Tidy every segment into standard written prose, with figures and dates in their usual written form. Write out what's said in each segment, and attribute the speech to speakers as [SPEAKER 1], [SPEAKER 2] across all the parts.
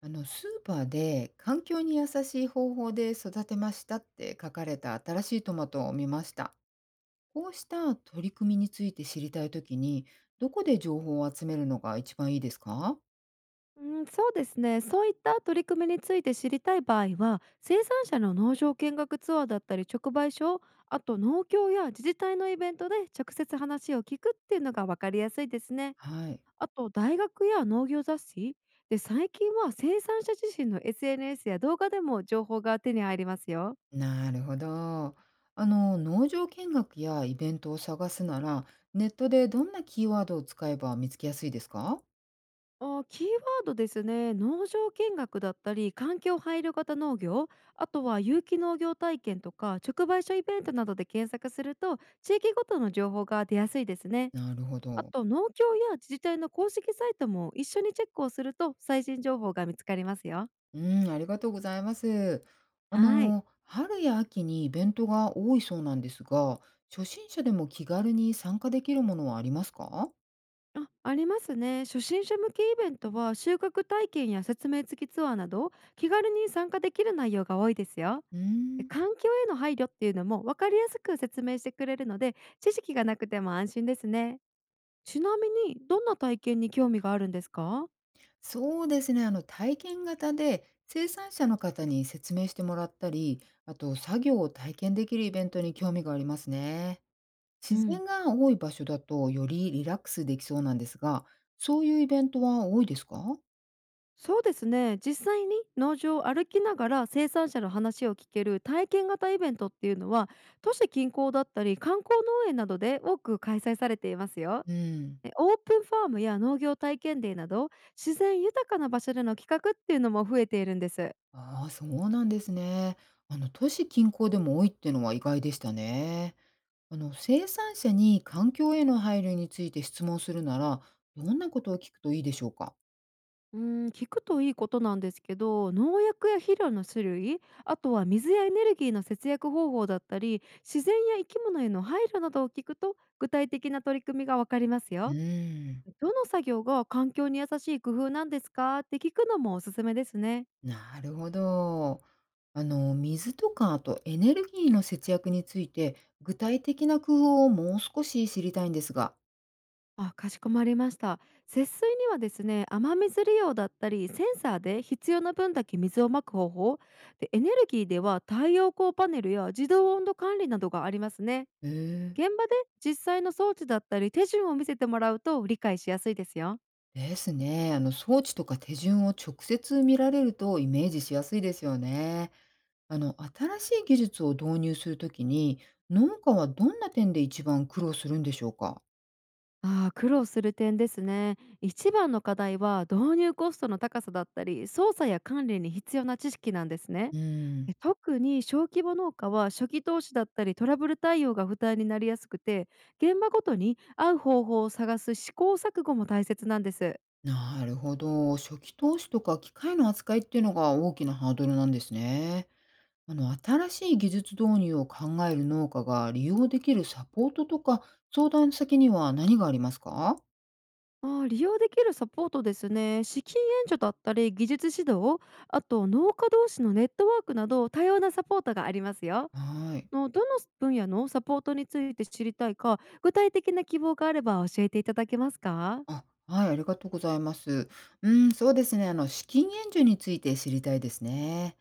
[SPEAKER 1] スーパーで環境に優しい方法で育てましたって書かれた新しいトマトを見ました。こうした取り組みについて知りたいときに、どこで情報を集めるのが一番いいですか？
[SPEAKER 2] うん、そうですね。そういった取り組みについて知りたい場合は、生産者の農場見学ツアーだったり直売所、あと農協や自治体のイベントで直接話を聞くっていうのが分かりやすいですね。
[SPEAKER 1] はい。
[SPEAKER 2] あと大学や農業雑誌で、最近は生産者自身の SNS や動画でも情報が手に入りますよ。
[SPEAKER 1] なるほど。あの農場見学やイベントを探すなら、ネットでどんなキーワードを使えば見つけやすいですか？
[SPEAKER 2] キーワードですね。農場見学だったり、環境配慮型農業、あとは有機農業体験とか直売所イベントなどで検索すると、地域ごとの情報が出やすいですね。
[SPEAKER 1] なるほ
[SPEAKER 2] あ
[SPEAKER 1] ど。
[SPEAKER 2] と農協や自治体の公式サイトも一緒にチェックをすると、最新情報が見つかりますよ。
[SPEAKER 1] うん、ありがとうございます。あ
[SPEAKER 2] はい。
[SPEAKER 1] の、春や秋にイベントが多いそうなんですが、初心者でも気軽に参加できるものはありますか？
[SPEAKER 2] あ、ありますね。初心者向けイベントは収穫体験や説明付きツアーなど、気軽に参加できる内容が多いですよ。
[SPEAKER 1] うー
[SPEAKER 2] で、
[SPEAKER 1] ん、
[SPEAKER 2] 環境への配慮っていうのも分かりやすく説明してくれるので、知識がなくても安心ですね。ちなみにどんな体験に興味があるんですか？
[SPEAKER 1] そうですね。あの、体験型で生産者の方に説明してもらったり、あと作業を体験できるイベントに興味がありますね。
[SPEAKER 2] う
[SPEAKER 1] 自
[SPEAKER 2] ん、
[SPEAKER 1] 然が多い場所だとよりリラックスできそうなんですが、そういうイベントは多いですか？
[SPEAKER 2] そうですね。実際に農場を歩きながら生産者の話を聞ける体験型イベントっていうのは、都市近郊だったり観光農園などで多く開催されていますよ。
[SPEAKER 1] うん。
[SPEAKER 2] え、オープンファームや農業体験デーなど、自然豊かな場所での企画っていうのも増えているんです。
[SPEAKER 1] ああ、そうなんですね。あの、都市近郊でも多いってのは意外でしたね。あの、生産者に環境への配慮について質問するなら、どんなことを聞くといいでしょうか？
[SPEAKER 2] うー聞くといいことなんですけど、農薬や肥料の種類、あとは水やエネルギーの節約方法だったり、自然や生き物への配慮などを聞くと、具体的な取り組みがわかります
[SPEAKER 1] う
[SPEAKER 2] よ。
[SPEAKER 1] ーん、
[SPEAKER 2] どの作業が環境に優しい工夫なんですかって聞くのもおすすめですね。
[SPEAKER 1] なるほど。あの、水とか、あとエネルギーの節約について、具体的な工夫をもう少し知りたいんですが。
[SPEAKER 2] あ、かしこまりました。節水にはですね、雨水利用だったり、センサーで必要な分だけ水をまく方法、でエネルギーでは太陽光パネルや自動温度管理などがありますね。
[SPEAKER 1] へえ、
[SPEAKER 2] 現場で実際の装置だったり手順を見せてもらうと、理解しやすいですよ。
[SPEAKER 1] ですね。あの装置とか手順を直接見られるとイメージしやすいですよね。あの新しい技術を導入するときに農家はどんな点で一番苦労するんでしょうか？
[SPEAKER 2] ああ、苦労する点ですね。一番の課題は導入コストの高さだったり、操作や管理に必要な知識なんですね。
[SPEAKER 1] うん、
[SPEAKER 2] で、特に小規模農家は初期投資だったりトラブル対応が負担になりやすくて、現場ごとに合う方法を探す試行錯誤も大切なんです。
[SPEAKER 1] なるほど。初期投資とか機械の扱いっていうのが大きなハードルなんですね。あの新しい技術導入を考える農家が利用できるサポートとか相談先には何がありますか？
[SPEAKER 2] ああ、利用できるサポートですね。資金援助だったり技術指導、あと農家同士のネットワークなど、多様なサポートがありますよ。
[SPEAKER 1] はい。
[SPEAKER 2] のどの分野のサポートについて知りたいか、具体的な希望があれば教えていただけますか？
[SPEAKER 1] あ、はい、ありがとうございます。うん、そうですね。あの、資金援助について知りたいですね。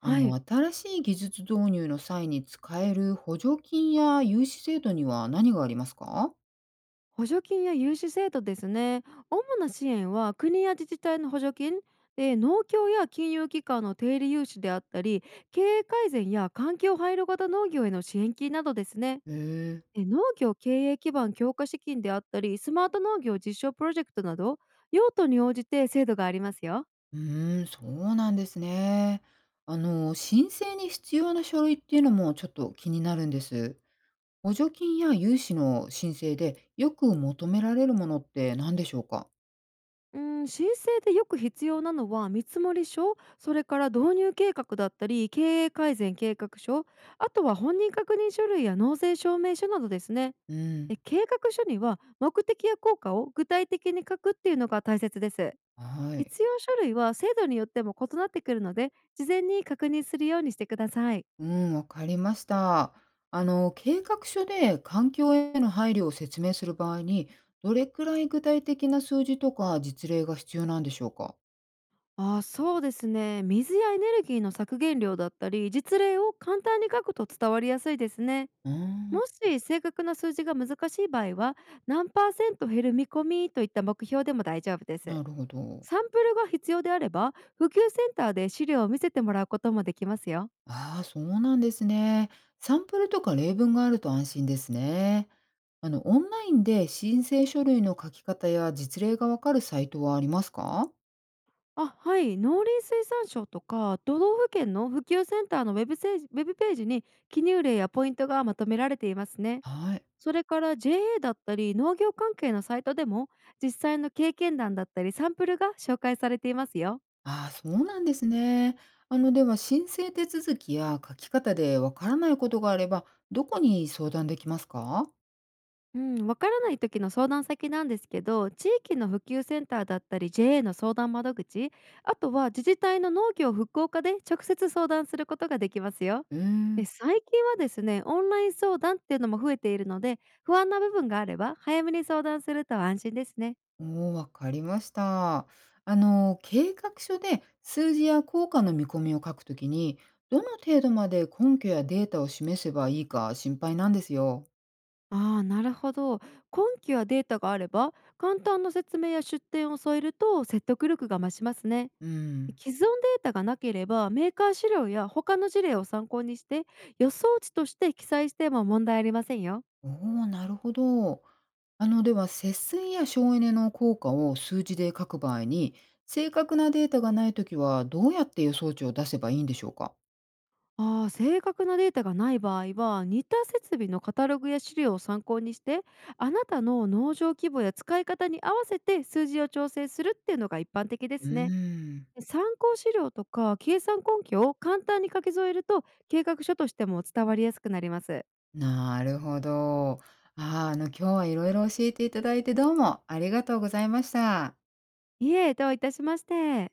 [SPEAKER 1] あの、
[SPEAKER 2] い、
[SPEAKER 1] 新しい技術導入の際に使える補助金や融資制度には何がありますか？
[SPEAKER 2] 補助金や融資制度ですね。主な支援は国や自治体の補助金、で農協や金融機関の定理融資であったり、経営改善や環境配慮型農業への支援金などですね。
[SPEAKER 1] へえ、
[SPEAKER 2] え、農業経営基盤強化資金であったり、スマート農業実証プロジェクトなど、用途に応じて制度がありますよ。
[SPEAKER 1] うーん、そうなんですね。あの、申請に必要な書類っていうのもちょっと気になるんです。補助金や融資の申請でよく求められるものって何でしょうか？
[SPEAKER 2] うん、申請でよく必要なのは見積書、それから導入計画だったり経営改善計画書、あとは本人確認書類や納税証明書などですね。
[SPEAKER 1] うん、
[SPEAKER 2] で、計画書には目的や効果を具体的に書くっていうのが大切です。
[SPEAKER 1] はい。
[SPEAKER 2] 必要書類は制度によっても異なってくるので、事前に確認するようにしてください。
[SPEAKER 1] うん、わかりました。あの、計画書で環境への配慮を説明する場合に、どれくらい具体的な数字とか実例が必要なんでしょうか？
[SPEAKER 2] そうですね。水やエネルギーの削減量だったり実例を簡単に書くと伝わりやすいですね。
[SPEAKER 1] うー
[SPEAKER 2] も
[SPEAKER 1] ん、
[SPEAKER 2] し正確な数字が難しい場合は、何パーセント減る見込みといった目標でも大丈夫です。
[SPEAKER 1] なるほど。
[SPEAKER 2] サンプルが必要であれば、普及センターで資料を見せてもらうこともできますよ。
[SPEAKER 1] ああ、そうなんですね。サンプルとか例文があると安心ですね。あの、オンラインで申請書類の書き方や実例がわかるサイトはありますか？
[SPEAKER 2] あ、はい。農林水産省とか都道府県の普及センターのウェブページ、に記入例やポイントがまとめられていますね。
[SPEAKER 1] はい。
[SPEAKER 2] それから JA だったり農業関係のサイトでも、実際の経験談だったりサンプルが紹介されていますよ。
[SPEAKER 1] ああ、そうなんですね。あの、では申請手続きや書き方でわからないことがあれば、どこに相談できますか？
[SPEAKER 2] うん、わからない時の相談先なんですけど、地域の普及センターだったり JA の相談窓口、あとは自治体の農業復興課で直接相談することができますよ。
[SPEAKER 1] うーん、
[SPEAKER 2] で、最近はですねオンライン相談っていうのも増えているので、不安な部分があれば早めに相談すると安心ですね。
[SPEAKER 1] おおー、わかりました。あの、計画書で数字や効果の見込みを書くときに、どの程度まで根拠やデータを示せばいいか心配なんですよ。
[SPEAKER 2] ああ、なるほど。根拠やデータがあれば、簡単な説明や出典を添えると説得力が増しますね。
[SPEAKER 1] うん。
[SPEAKER 2] 既存データがなければ、メーカー資料や他の事例を参考にして予想値として記載しても問題ありませんよ。
[SPEAKER 1] おお、なるほど。あの、では、節水や省エネの効果を数字で書く場合に、正確なデータがないときは、どうやって予想値を出せばいいんでしょうか？
[SPEAKER 2] 正確なデータがない場合は、似た設備のカタログや資料を参考にして、あなたの農場規模や使い方に合わせて数字を調整するっていうのが一般的で
[SPEAKER 1] うー
[SPEAKER 2] すね。
[SPEAKER 1] ん、
[SPEAKER 2] 参考資料とか計算根拠を簡単に書き添えると、計画書としても伝わりやすくなります。
[SPEAKER 1] なるほど。ああ、あの、今日はいろいろ教えていただいて、どうもありがとうございました。
[SPEAKER 2] いえ、どういたしまして。